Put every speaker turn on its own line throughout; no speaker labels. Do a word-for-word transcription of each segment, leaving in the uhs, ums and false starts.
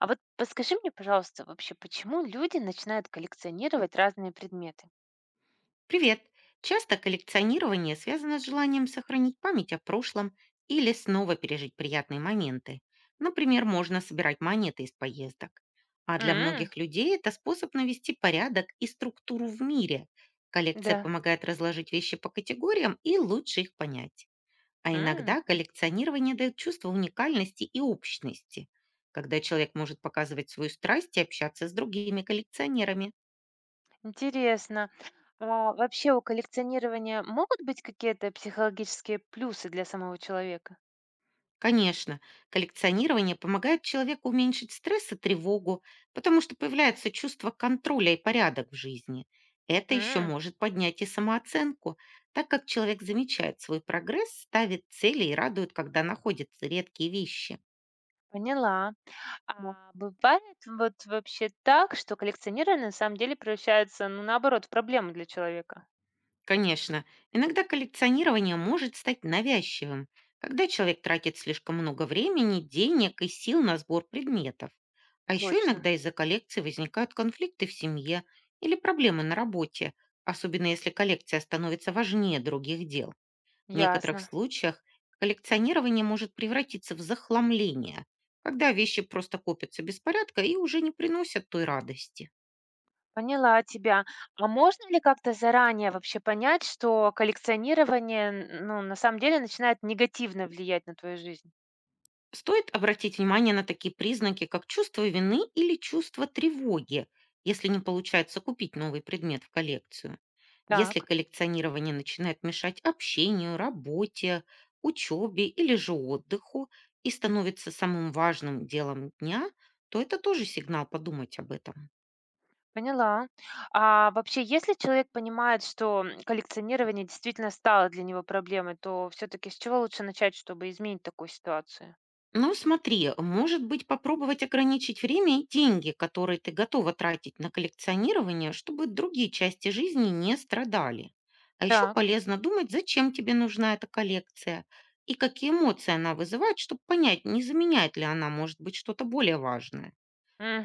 А вот подскажи мне, пожалуйста, вообще, почему люди начинают коллекционировать разные предметы?
Привет! Часто коллекционирование связано с желанием сохранить память о прошлом или снова пережить приятные моменты. Например, можно собирать монеты из поездок. А для
М.
многих людей это способ навести порядок и структуру в мире. Коллекция
Да.
помогает разложить вещи по категориям и лучше их понять. А
М,
иногда коллекционирование дает чувство уникальности и общности, когда человек может показывать свою страсть и общаться с другими коллекционерами.
интересно. А вообще у коллекционирования могут быть какие-то психологические плюсы для самого человека?
Конечно, коллекционирование помогает человеку уменьшить стресс и тревогу, потому что появляется чувство контроля и порядок в жизни. Это еще
М,
может поднять и самооценку, так как человек замечает свой прогресс, ставит цели и радует, когда находятся редкие вещи.
поняла. А бывает вот вообще так, что коллекционирование на самом деле превращается, ну, наоборот, в проблему для человека?
Конечно, иногда коллекционирование может стать навязчивым, когда человек тратит слишком много времени, денег и сил на сбор предметов. А еще
Точно,
иногда из-за коллекции возникают конфликты в семье или проблемы на работе, особенно если коллекция становится важнее других дел. В некоторых
ясно.
случаях коллекционирование может превратиться в захламление, когда вещи просто копятся беспорядка и уже не приносят той радости.
Поняла тебя. А можно ли как-то заранее вообще понять, что коллекционирование, н- ну, на самом деле начинает негативно влиять на твою жизнь?
Стоит обратить внимание на такие признаки, как чувство вины или чувство тревоги, если не получается купить новый предмет в коллекцию. Если
Так,
коллекционирование начинает мешать общению, работе, учебе или же отдыху и становится самым важным делом дня, то это тоже сигнал подумать об этом.
поняла. А вообще, если человек понимает, что м, коллекционирование действительно стало для него проблемой, то все-таки с чего лучше начать, чтобы изменить такую ситуацию?
Ну, смотри, может быть, попробовать ограничить время и деньги, которые ты готова тратить на коллекционирование, чтобы другие части жизни не страдали. А еще
Так,
полезно думать, зачем тебе нужна эта коллекция и какие эмоции она вызывает, чтобы понять, не заменяет ли она, может быть, что-то более важное.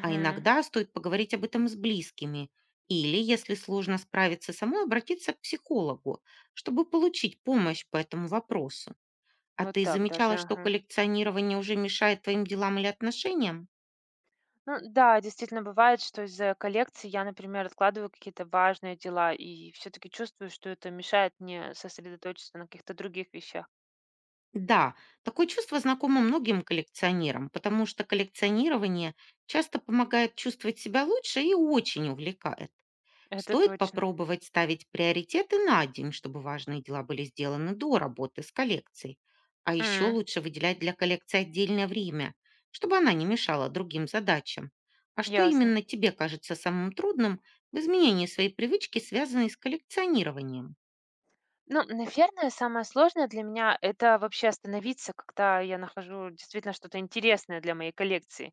А иногда стоит поговорить об этом с близкими или, если сложно справиться самой, обратиться к психологу, чтобы получить помощь по этому вопросу. А
Вот
ты
так даже.
замечала, что
Ага.
коллекционирование уже мешает твоим делам или отношениям?
Ну да, действительно бывает, что из-за коллекции я, например, откладываю какие-то важные дела и все-таки чувствую, что это мешает мне сосредоточиться на каких-то других вещах.
Да, такое чувство знакомо многим коллекционерам, потому что коллекционирование часто помогает чувствовать себя лучше и очень увлекает.
Это
Стоит
точно.
попробовать ставить приоритеты на день, чтобы важные дела были сделаны до работы с коллекцией. А еще
М,
лучше выделять для коллекции отдельное время, чтобы она не мешала другим задачам. А что
ясно.
именно тебе кажется самым трудным в изменении своей привычки, связанной с коллекционированием?
Ну, наверное, самое сложное для меня это вообще остановиться, когда я нахожу действительно что-то интересное для моей коллекции.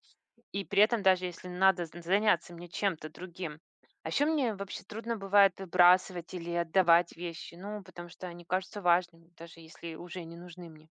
И при этом даже если надо з- заняться мне чем-то другим. А еще мне вообще трудно бывает выбрасывать или отдавать вещи, ну, потому что они кажутся важными, даже если уже не нужны мне.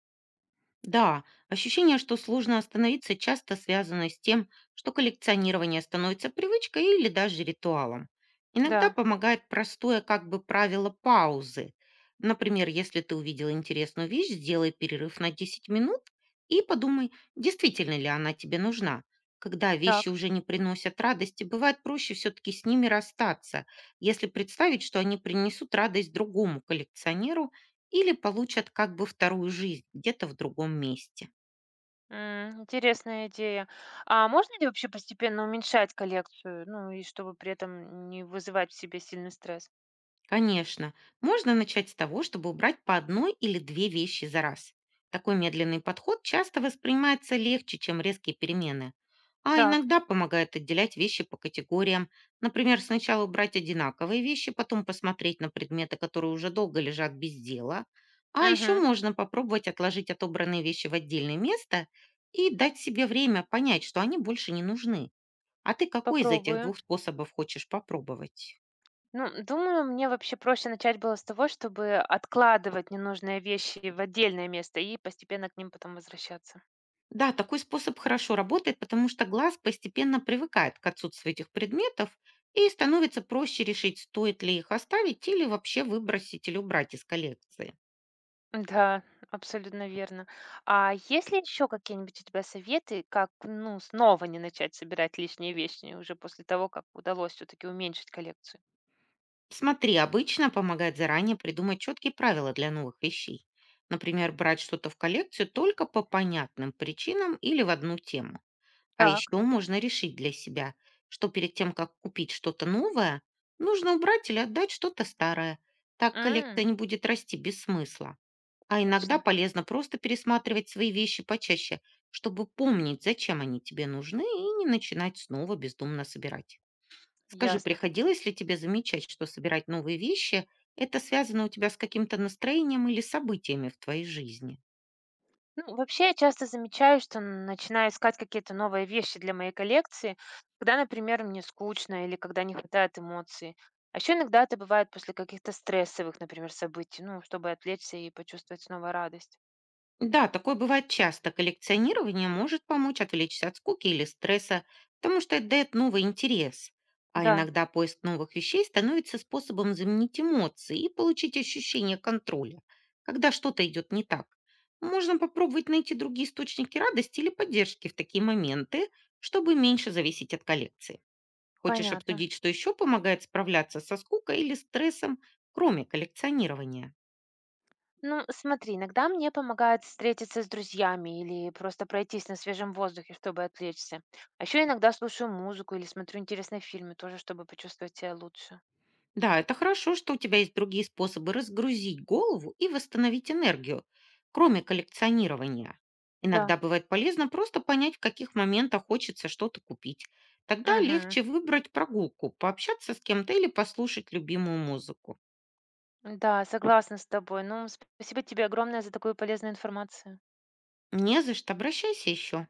Да, ощущение, что сложно остановиться, часто связано с тем, что коллекционирование становится привычкой или даже ритуалом. Иногда
Да.
помогает простое как бы правило паузы. Например, если ты увидел интересную вещь, сделай перерыв на десять минут и подумай, действительно ли она тебе нужна. Когда
Так.
вещи уже не приносят радости, бывает проще все-таки с ними расстаться, если представить, что они принесут радость другому коллекционеру или получат как бы вторую жизнь где-то в другом месте.
М, интересная идея. А можно ли вообще постепенно уменьшать коллекцию, ну и чтобы при этом не вызывать в себе сильный стресс?
Конечно, можно начать с того, чтобы убрать по одной или две вещи за раз. Такой медленный подход часто воспринимается легче, чем резкие перемены. А
Так,
иногда помогает отделять вещи по категориям. Например, сначала убрать одинаковые вещи, потом посмотреть на предметы, которые уже долго лежат без дела. А еще
мгм.
можно попробовать отложить отобранные вещи в отдельное место и дать себе время понять, что они больше не нужны. А ты какой из этих
Попробую.
двух способов хочешь попробовать?
Ну, думаю, мне вообще проще начать было с того, чтобы откладывать ненужные вещи в отдельное место и постепенно к ним потом возвращаться.
Да, такой способ хорошо работает, потому что глаз постепенно привыкает к отсутствию этих предметов и становится проще решить, стоит ли их оставить или вообще выбросить или убрать из коллекции.
Да, абсолютно верно. А есть ли еще какие-нибудь у тебя советы, как, ну, снова не начать собирать лишние вещи уже после того, как удалось все-таки уменьшить коллекцию?
Смотри, обычно помогает заранее придумать четкие правила для новых вещей. Например, брать что-то в коллекцию только по понятным причинам или в одну тему. А еще можно решить для себя, что перед тем, как купить что-то новое, нужно убрать или отдать что-то старое. Так
Так.
коллекция не будет расти без смысла. А иногда
Точно,
полезно просто пересматривать свои вещи почаще, чтобы помнить, зачем они тебе нужны, и не начинать снова бездумно собирать. Скажи,
ясно.
приходилось ли тебе замечать, что собирать новые вещи– это связано у тебя с каким-то настроением или событиями в твоей жизни?
Ну, вообще, я часто замечаю, что н- начинаю искать какие-то новые вещи для моей коллекции, когда, например, мне скучно или когда не хватает эмоций. А еще иногда это бывает после каких-то стрессовых, например, событий, ну, чтобы отвлечься и почувствовать снова радость.
Да, такое бывает часто. Коллекционирование может помочь отвлечься от скуки или стресса, потому что это дает новый интерес. А
Да,
иногда поиск новых вещей становится способом заменить эмоции и получить ощущение контроля, когда что-то идет не так. Можно попробовать найти другие источники радости или поддержки в такие моменты, чтобы меньше зависеть от коллекции. Хочешь
понятно.
обсудить, что еще помогает справляться со скукой или стрессом, кроме коллекционирования?
Ну, смотри, иногда мне помогает встретиться с друзьями или просто пройтись на свежем воздухе, чтобы отвлечься. А еще иногда слушаю музыку или смотрю интересные фильмы тоже, чтобы почувствовать себя лучше.
Да, это хорошо, что у тебя есть другие способы разгрузить голову и восстановить энергию, кроме коллекционирования.
Да.
Иногда бывает полезно просто понять, в каких моментах хочется что-то купить. Тогда
Мгм.
легче выбрать прогулку, пообщаться с кем-то или послушать любимую музыку.
Да, согласна с тобой. Ну, спасибо тебе огромное за такую полезную информацию.
Не за что, обращайся еще.